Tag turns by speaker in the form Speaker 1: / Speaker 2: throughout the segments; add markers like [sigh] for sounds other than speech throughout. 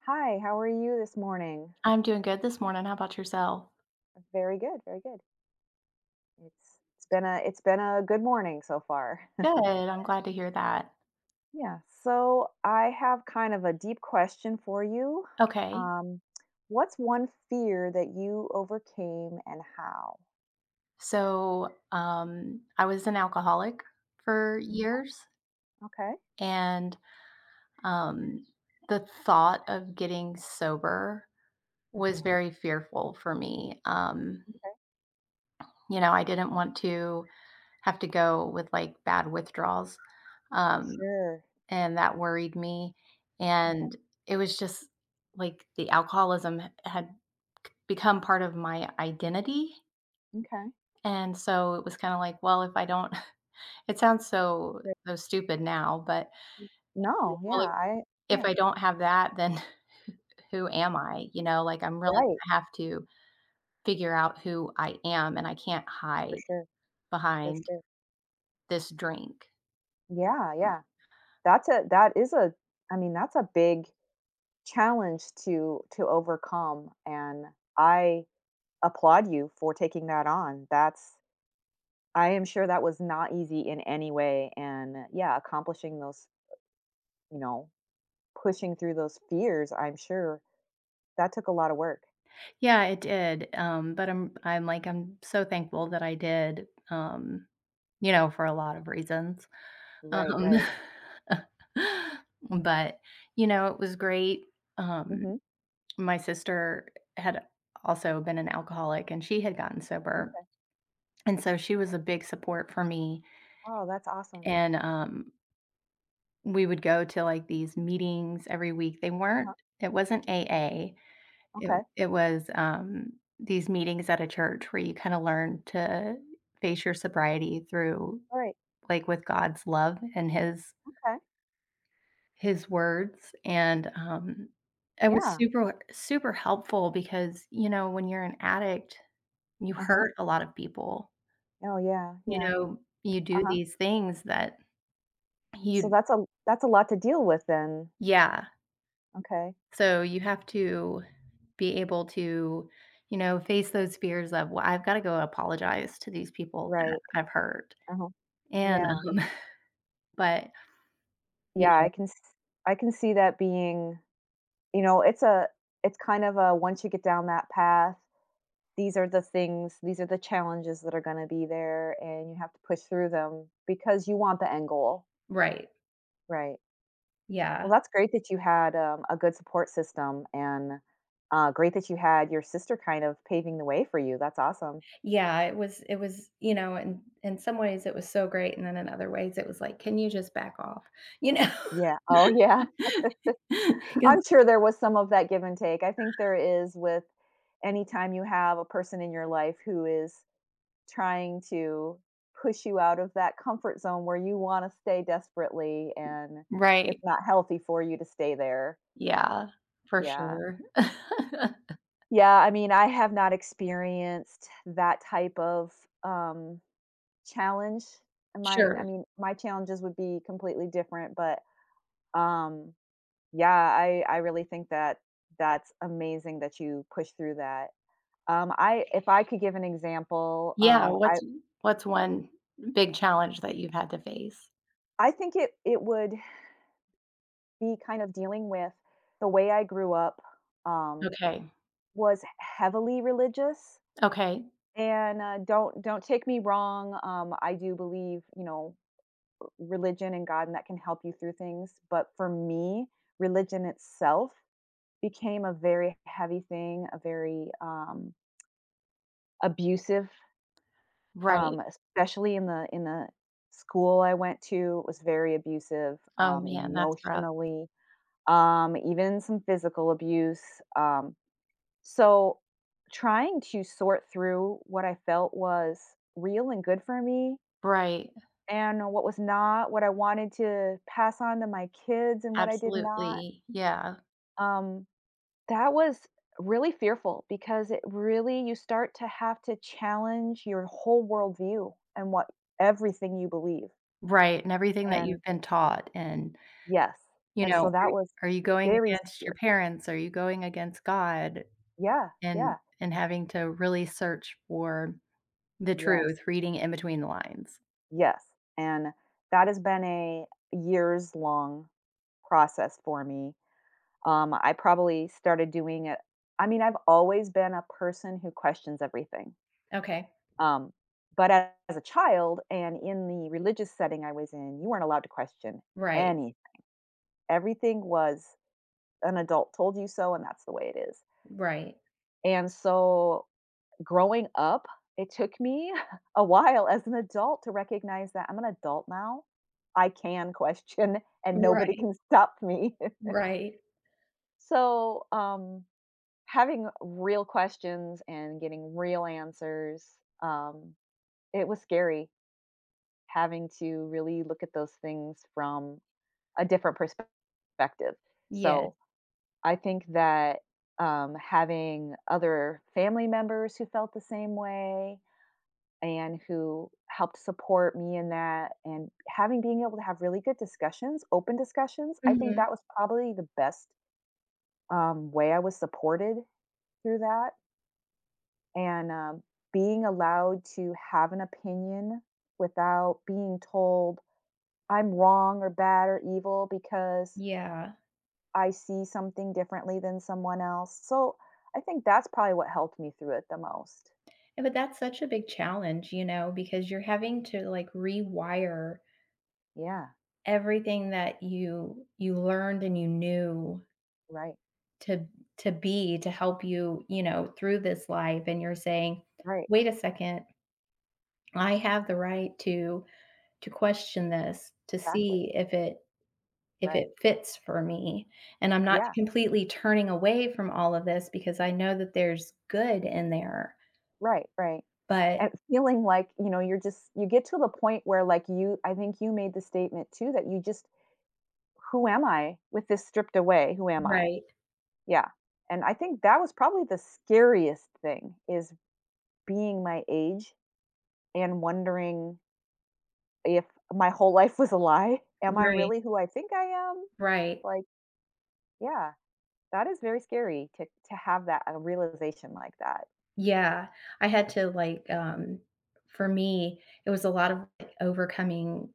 Speaker 1: Hi, how are you this morning?
Speaker 2: I'm doing good this morning. How about yourself?
Speaker 1: Very good, very good. It's been a good morning so far.
Speaker 2: Good.
Speaker 1: [laughs]
Speaker 2: I'm glad to hear that.
Speaker 1: Yeah, so I have kind of a deep question for you.
Speaker 2: Okay.
Speaker 1: Um, what's one fear that you overcame and how?
Speaker 2: So, I was an alcoholic for
Speaker 1: Mm,
Speaker 2: years,
Speaker 1: Okay.
Speaker 2: and um, the thought of getting sober
Speaker 1: Uh-huh.
Speaker 2: was very fearful for me.
Speaker 1: Okay.
Speaker 2: You know, I didn't want to have to go with like bad withdrawals, um,
Speaker 1: Sure.
Speaker 2: and that worried me.
Speaker 1: Okay.
Speaker 2: And it was just like the alcoholism had become part of my identity.
Speaker 1: Okay.
Speaker 2: And so it was kinda like, well, if I don't [laughs] it sounds so
Speaker 1: Great.
Speaker 2: so stupid now, but,
Speaker 1: Mm,
Speaker 2: like,
Speaker 1: No, yeah,
Speaker 2: well, if
Speaker 1: yeah,
Speaker 2: I don't have that, then [laughs] who am I? You know, like, I'm really
Speaker 1: right,
Speaker 2: gonna have to figure out who I am, and I can't
Speaker 1: for
Speaker 2: hide
Speaker 1: sure, for
Speaker 2: behind
Speaker 1: sure.
Speaker 2: this drink.
Speaker 1: Yeah, yeah. That's a that is a that's a big challenge to overcome, and I applaud you for taking that on. That's I am sure that was not easy in any way, and yeah, accomplishing those, you know, pushing through those fears, I'm sure that took a lot of work.
Speaker 2: Yeah, it did, but I'm, like, I'm so thankful that I did, you know, for a lot of reasons. Right.
Speaker 1: Right, right.
Speaker 2: [laughs] But, you know, it was great, um,
Speaker 1: Mhm.
Speaker 2: my sister had also been an alcoholic, and she had gotten sober,
Speaker 1: Okay.
Speaker 2: and so she was a big support for me,
Speaker 1: Oh, that's awesome.
Speaker 2: and, we would go to, like, these meetings every week, they
Speaker 1: Uh-huh.
Speaker 2: weren't it wasn't AA.
Speaker 1: Okay.
Speaker 2: It was, these meetings at a church where you kinda learn to face your sobriety through,
Speaker 1: All right.
Speaker 2: like, with God's love and
Speaker 1: Okay.
Speaker 2: His words, and, it was
Speaker 1: Yeah.
Speaker 2: super helpful because, you know, when you're an addict, you
Speaker 1: Uh-huh.
Speaker 2: hurt a lot of people.
Speaker 1: Oh, yeah.
Speaker 2: You
Speaker 1: Yeah.
Speaker 2: know, you do
Speaker 1: Uh-huh.
Speaker 2: these things that
Speaker 1: So
Speaker 2: you.
Speaker 1: that's a lot to deal with then.
Speaker 2: Yeah.
Speaker 1: Okay.
Speaker 2: So you have to be able to, you know, face those fears of, "Well, I've gotta go apologize to these people that
Speaker 1: Right.
Speaker 2: I've hurt."
Speaker 1: Uh-huh.
Speaker 2: And,
Speaker 1: Yeah.
Speaker 2: [laughs] but, you
Speaker 1: Yeah, I
Speaker 2: know.
Speaker 1: can s I can see that being, you know, it's a it's kind of a once you get down that path, these are the challenges that are gonna be there, and you have to push through them because you want the end goal,
Speaker 2: Right.
Speaker 1: right? Well,
Speaker 2: Yeah.
Speaker 1: that's great that you had, a good support system, and, great that you had your sister kind of paving the way for you. That's awesome.
Speaker 2: Yeah, it was, you know, and in some ways it was so great, and then in other ways it was like, "Can you just back off?" You know?
Speaker 1: Yeah, oh,
Speaker 2: [laughs]
Speaker 1: yeah. [laughs] I'm
Speaker 2: 'Cause.
Speaker 1: sure there was some of that give and take. I think there is with any time you have a person in your life who is trying to push you out of that comfort zone where you wanna stay desperately, and it's
Speaker 2: Right.
Speaker 1: not healthy for you to stay there.
Speaker 2: Yeah, for
Speaker 1: Yeah.
Speaker 2: sure. [laughs]
Speaker 1: Yeah, I mean, I have not experienced that type of, um, challenge. Mine I
Speaker 2: Sure.
Speaker 1: mean, my challenges would be completely different, but, um, yeah, I really think that that's amazing that you push through that. I if I could give an example,
Speaker 2: Yeah, what's one big challenge that you've had to face?
Speaker 1: I think it would be kind of dealing with the way I grew up, um,
Speaker 2: Okay.
Speaker 1: was heavily religious.
Speaker 2: Okay.
Speaker 1: And don't take me wrong. I do believe, you know, religion and God, and that can help you through things. But for me, religion itself became a very heavy thing, a very abusive,
Speaker 2: Right.
Speaker 1: especially in the school I went to. It was very abusive,
Speaker 2: Oh, man, that's rough.
Speaker 1: emotionally, even some physical abuse. Um, So, trying to sort through what I felt was real and good for me,
Speaker 2: Right.
Speaker 1: and what was not, what I wanted to pass on to my kids and what I did not,
Speaker 2: Absolutely. Yeah.
Speaker 1: um, that was really fearful because it really you start to have to challenge your whole worldview and what everything you believe.
Speaker 2: Right, and everything that
Speaker 1: And
Speaker 2: you've been taught and,
Speaker 1: yes.
Speaker 2: you
Speaker 1: And
Speaker 2: know,
Speaker 1: so
Speaker 2: are
Speaker 1: that was
Speaker 2: you going
Speaker 1: very
Speaker 2: against your
Speaker 1: scary.
Speaker 2: parents? Are you going against God?
Speaker 1: Yeah,
Speaker 2: And
Speaker 1: yeah,
Speaker 2: having to really search for the
Speaker 1: yes.
Speaker 2: truth, reading in between the lines.
Speaker 1: Yes, and that has been a years-long process for me. I probably started doing it I mean, I've always been a person who questions everything.
Speaker 2: Okay.
Speaker 1: Um, but as a child and in the religious setting I was in, you weren't allowed to question
Speaker 2: Right.
Speaker 1: any everything was an adult told you so, and that's the way it is.
Speaker 2: Right.
Speaker 1: And so growing up, it took me [laughs] a while as an adult to recognize that I'm an adult now. I can question [laughs] and nobody
Speaker 2: Right.
Speaker 1: can stop me. [laughs]
Speaker 2: Right.
Speaker 1: So, having real questions and getting real answers, um, it was scary having to really look at those things from a different perspective.
Speaker 2: Yes.
Speaker 1: So, I think that, having other family members who felt the same way, and who helped support me in that, and having being able to have really good discussions, open discussions, I think
Speaker 2: Mhm.
Speaker 1: that was probably the best, way I was supported through that. And being allowed to have an opinion without being told I'm wrong or bad or evil because
Speaker 2: Yeah.
Speaker 1: I see something differently than someone else. So I think that's probably what helped me through it the most.
Speaker 2: And but that's such a big challenge, you know, because you're having to, like, rewire
Speaker 1: Yeah,
Speaker 2: everything that you learned and you knew
Speaker 1: right,
Speaker 2: to be to help you, you know, through this life and you're saying,
Speaker 1: right,
Speaker 2: "Wait a second, I have the right to question this, to
Speaker 1: exactly,
Speaker 2: see if
Speaker 1: right.
Speaker 2: it fits for me, and I'm not
Speaker 1: Yeah.
Speaker 2: completely turning away from all of this because I know that there's good in there."
Speaker 1: Right, right.
Speaker 2: But
Speaker 1: And feeling like, you know, you're just you get to the point where, like, you I think you made the statement too that you just who am I with this stripped away? Who am I?
Speaker 2: Right,
Speaker 1: Yeah. And I think that was probably the scariest thing is being my age and wondering if my whole life was a lie. Am I
Speaker 2: right,
Speaker 1: really who I think I am?
Speaker 2: right.
Speaker 1: Like, yeah, that is very scary to have that a realization like that.
Speaker 2: Yeah, I had to, like, for me, it was a lot of like, overcoming.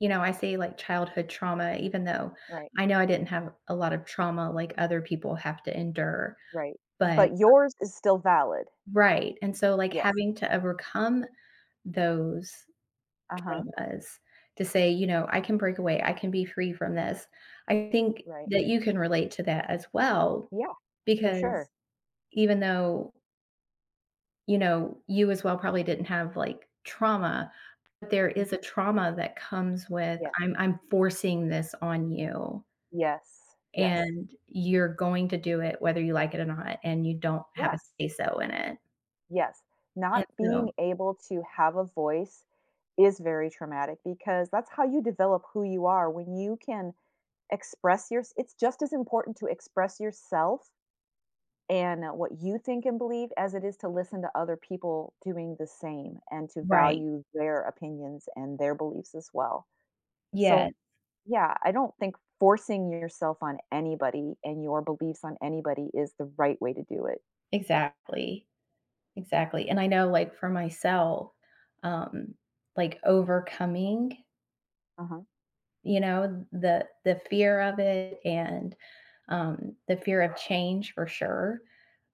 Speaker 2: You know, I say like childhood trauma, even though
Speaker 1: Right.
Speaker 2: I know I didn't have a lot of trauma like other people have to endure,
Speaker 1: Right.
Speaker 2: but
Speaker 1: But yours is still valid.
Speaker 2: right. And so, like,
Speaker 1: Yes.
Speaker 2: having to overcome those
Speaker 1: Uh-huh.
Speaker 2: traumas to say, you know, I can break away, I can be free from this. I think
Speaker 1: Right.
Speaker 2: that you can relate to that as well,
Speaker 1: Yeah, for
Speaker 2: because
Speaker 1: sure.
Speaker 2: even though, you know, you as well probably didn't have like trauma, but there
Speaker 1: Mm,
Speaker 2: is a trauma that comes with
Speaker 1: yeah.
Speaker 2: I'm forcing this on you.
Speaker 1: Yes, yes.
Speaker 2: And you're going to do it whether you like it or not, and you don't have
Speaker 1: Yeah,
Speaker 2: a say-so in it,
Speaker 1: yes. Not
Speaker 2: and so.
Speaker 1: being able to have a voice is very traumatic because that's how you develop who you are when you can express your it's just as important to express yourself and, what you think and believe, as it is to listen to other people doing the same and to
Speaker 2: Right.
Speaker 1: value their opinions and their beliefs as well.
Speaker 2: Yeah,
Speaker 1: So, yeah, I don't think forcing yourself on anybody and your beliefs on anybody is the right way to do it.
Speaker 2: exactly, exactly, and I know, like, for myself, um, like, overcoming,
Speaker 1: Uh-huh.
Speaker 2: you know, the fear of it and, the fear of change for sure,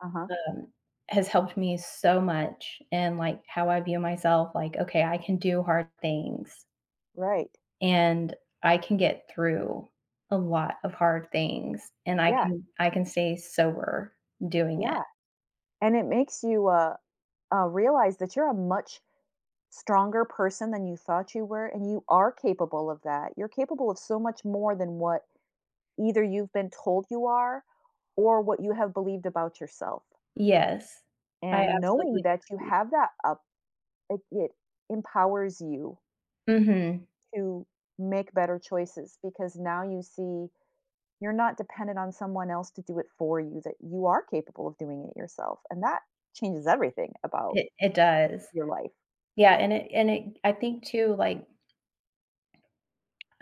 Speaker 1: Uh-huh.
Speaker 2: um, has helped me so much and like, how I view myself, like, "Okay, I can do hard things."
Speaker 1: Right.
Speaker 2: And I can get through a lot of hard things, and
Speaker 1: Yeah,
Speaker 2: I can stay sober doing it.
Speaker 1: yeah. And it makes you realize that you're a much stronger person than you thought you were, and you are capable of that. You're capable of so much more than what either you've been told you are or what you have believed about yourself.
Speaker 2: Yes, I
Speaker 1: And knowing
Speaker 2: absolutely
Speaker 1: that you
Speaker 2: agree.
Speaker 1: have that up, it empowers you
Speaker 2: Mhm.
Speaker 1: to make better choices because now you see you're not dependent on someone else to do it for you, that you are capable of doing it yourself. And that changes everything about
Speaker 2: It does.
Speaker 1: your life.
Speaker 2: Yeah, and it I think too, like,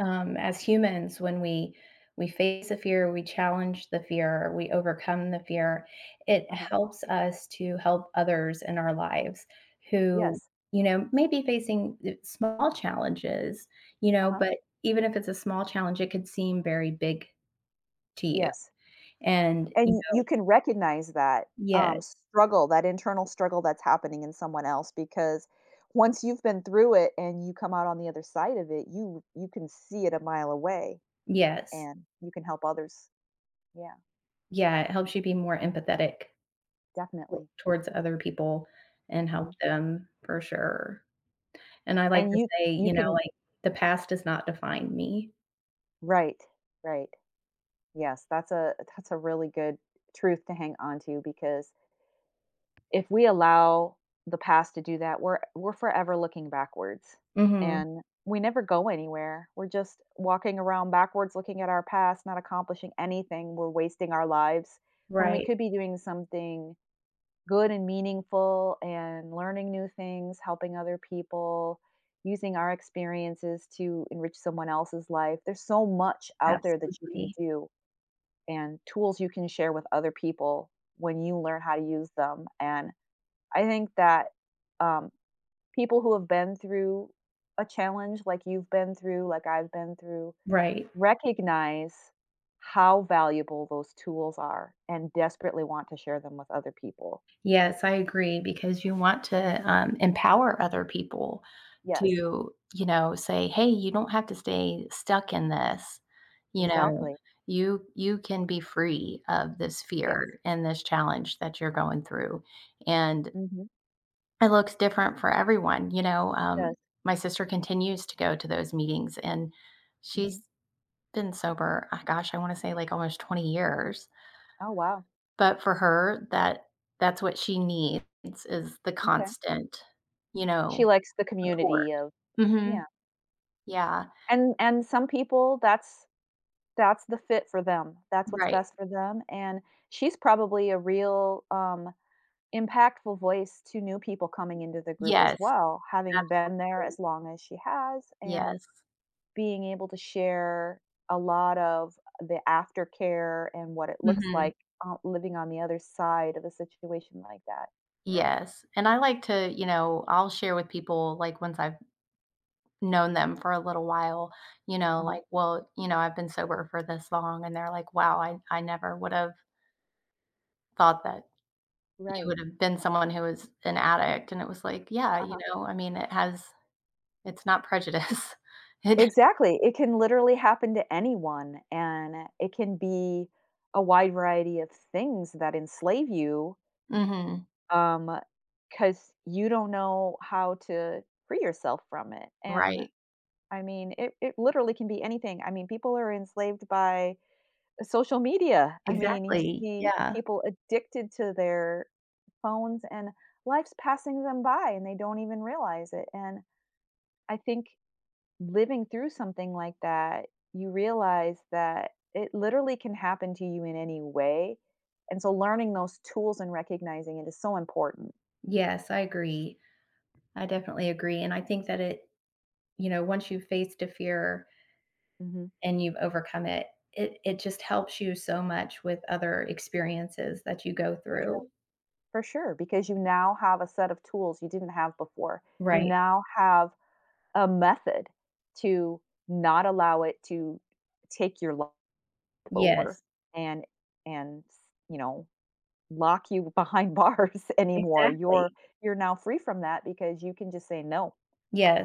Speaker 2: as humans when we face a fear we challenge the fear we overcome the fear it
Speaker 1: Uh-huh.
Speaker 2: helps us to help others in our lives who
Speaker 1: Yes.
Speaker 2: you know may be facing small challenges you know
Speaker 1: Uh-huh.
Speaker 2: but even if it's a small challenge it could seem very big to you
Speaker 1: Yes.
Speaker 2: and
Speaker 1: And
Speaker 2: you know
Speaker 1: you can recognize that,
Speaker 2: yes
Speaker 1: struggle, that internal struggle that's happening in someone else, because once you've been through it and you come out on the other side of it, you can see it a mile away,
Speaker 2: yes
Speaker 1: and you can help others. Yeah,
Speaker 2: yeah it helps you be more empathetic
Speaker 1: definitely.
Speaker 2: towards other people and help
Speaker 1: Hmm.
Speaker 2: them for sure. And I like
Speaker 1: And
Speaker 2: to say,
Speaker 1: you
Speaker 2: you know,
Speaker 1: can
Speaker 2: like, the past does not define me.
Speaker 1: Right, right. Yes, that's a really good truth to hang on to because if we allow the past to do that, we're forever looking backwards.
Speaker 2: Mhm.
Speaker 1: And we never go anywhere. We're just walking around backwards looking at our past, not accomplishing anything. We're wasting our lives when we
Speaker 2: Right.
Speaker 1: could be doing something good and meaningful and learning new things, helping other people, using our experiences to enrich someone else's life. There's so much out there that you can
Speaker 2: Absolutely.
Speaker 1: do, and tools you can share with other people when you learn how to use them. And I think that, um, people who have been through a challenge like you've been through, like I've been through,
Speaker 2: Right.
Speaker 1: recognize how valuable those tools are and desperately want to share them with other people.
Speaker 2: Yes, I agree because you want to, empower other people
Speaker 1: Yes,
Speaker 2: to, you know, say, "Hey, you don't have to stay stuck in this." You know,
Speaker 1: exactly.
Speaker 2: you can be free of this
Speaker 1: Yes.
Speaker 2: fear and this challenge that you're going through, and
Speaker 1: Hmm.
Speaker 2: it looks different for everyone, you know?
Speaker 1: Yes.
Speaker 2: My sister continues to go to those meetings, and
Speaker 1: Hmm.
Speaker 2: she's been sober, ah, gosh, I wanna say, like, almost 20 years,
Speaker 1: Oh, wow.
Speaker 2: but for her, that's what she needs is the
Speaker 1: Okay.
Speaker 2: constant, you
Speaker 1: She
Speaker 2: know,
Speaker 1: likes the
Speaker 2: support.
Speaker 1: community of,
Speaker 2: Mhm.
Speaker 1: yeah.
Speaker 2: Yeah.
Speaker 1: And some people, that's the fit for them. That's what's
Speaker 2: Right.
Speaker 1: best for them, and she's probably a real, impactful voice to new people coming into the group as
Speaker 2: Yes.
Speaker 1: well, having been there
Speaker 2: Absolutely.
Speaker 1: as long as she has and
Speaker 2: Yes.
Speaker 1: being able to share a lot of the aftercare and what it looks
Speaker 2: Mhm.
Speaker 1: like, living on the other side of a situation like that.
Speaker 2: Yes, and I like to, you know, I'll share with people, like, once I've known them for a little while, you know,
Speaker 1: Uh-huh.
Speaker 2: like, "Well, you know, I've been sober for this long," and they're like, "Wow, I never would've thought that you
Speaker 1: Right.
Speaker 2: would have been someone who was an addict," and it was like, yeah, you
Speaker 1: Uh-huh.
Speaker 2: know, I mean, it has it's not prejudice. [laughs] It.
Speaker 1: Exactly. It can literally happen to anyone, and it can be a wide variety of things that enslave you,
Speaker 2: Mhm.
Speaker 1: um because you don't know how to free yourself from it, and,
Speaker 2: Right.
Speaker 1: I mean, it literally can be anything. I mean, people are enslaved by social media. I mean, you
Speaker 2: Exactly.
Speaker 1: see
Speaker 2: Yeah.
Speaker 1: people addicted to their phones, and life's passing them by, and they don't even realize it, and I think living through something like that, you realize that it literally can happen to you in any way, and so learning those tools and recognizing it is so important.
Speaker 2: Yes, I agree. I definitely agree, and I think that it you know, once you've faced a fear
Speaker 1: Mhm.
Speaker 2: and you've overcome it, it just helps you so much with other experiences that you go
Speaker 1: For sure.
Speaker 2: through.
Speaker 1: For sure, because you now have a set of tools you didn't have before. You
Speaker 2: Right.
Speaker 1: now have a method to not allow it to take your life over
Speaker 2: Yes.
Speaker 1: and and, you know, lock you behind [laughs] bars anymore.
Speaker 2: Exactly.
Speaker 1: You're now free from that because you can just say, "No,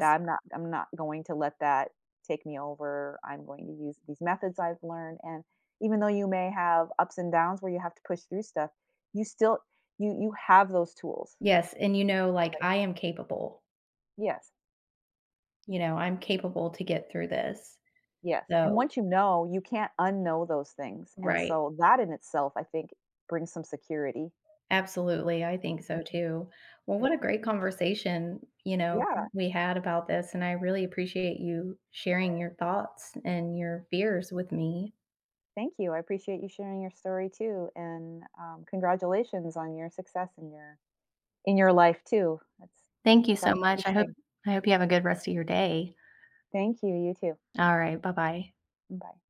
Speaker 1: that I'm not going to let that take me over. I'm going to use these methods I've learned." And even though you may have ups and downs where you have to push through stuff, you still you have those tools.
Speaker 2: Yes, and you know, like, I am capable.
Speaker 1: Yes,
Speaker 2: You know, I'm capable to get through this.
Speaker 1: yes, and
Speaker 2: So
Speaker 1: once you know, you can't unknow those things, and
Speaker 2: right.
Speaker 1: so that in itself, I think, brings some security.
Speaker 2: Absolutely, I think so too. Well,
Speaker 1: Mhm.
Speaker 2: what a great conversation, you know,
Speaker 1: Yeah,
Speaker 2: we had about this, and I really appreciate you sharing your thoughts and your fears with me.
Speaker 1: thank you, I appreciate you sharing your story too, and, congratulations on your success in your life too.
Speaker 2: Thank you so
Speaker 1: That's a
Speaker 2: much.
Speaker 1: huge thing.
Speaker 2: I hope you have a good rest of your day.
Speaker 1: Thank you, you too.
Speaker 2: All right, bye-bye.
Speaker 1: Bye.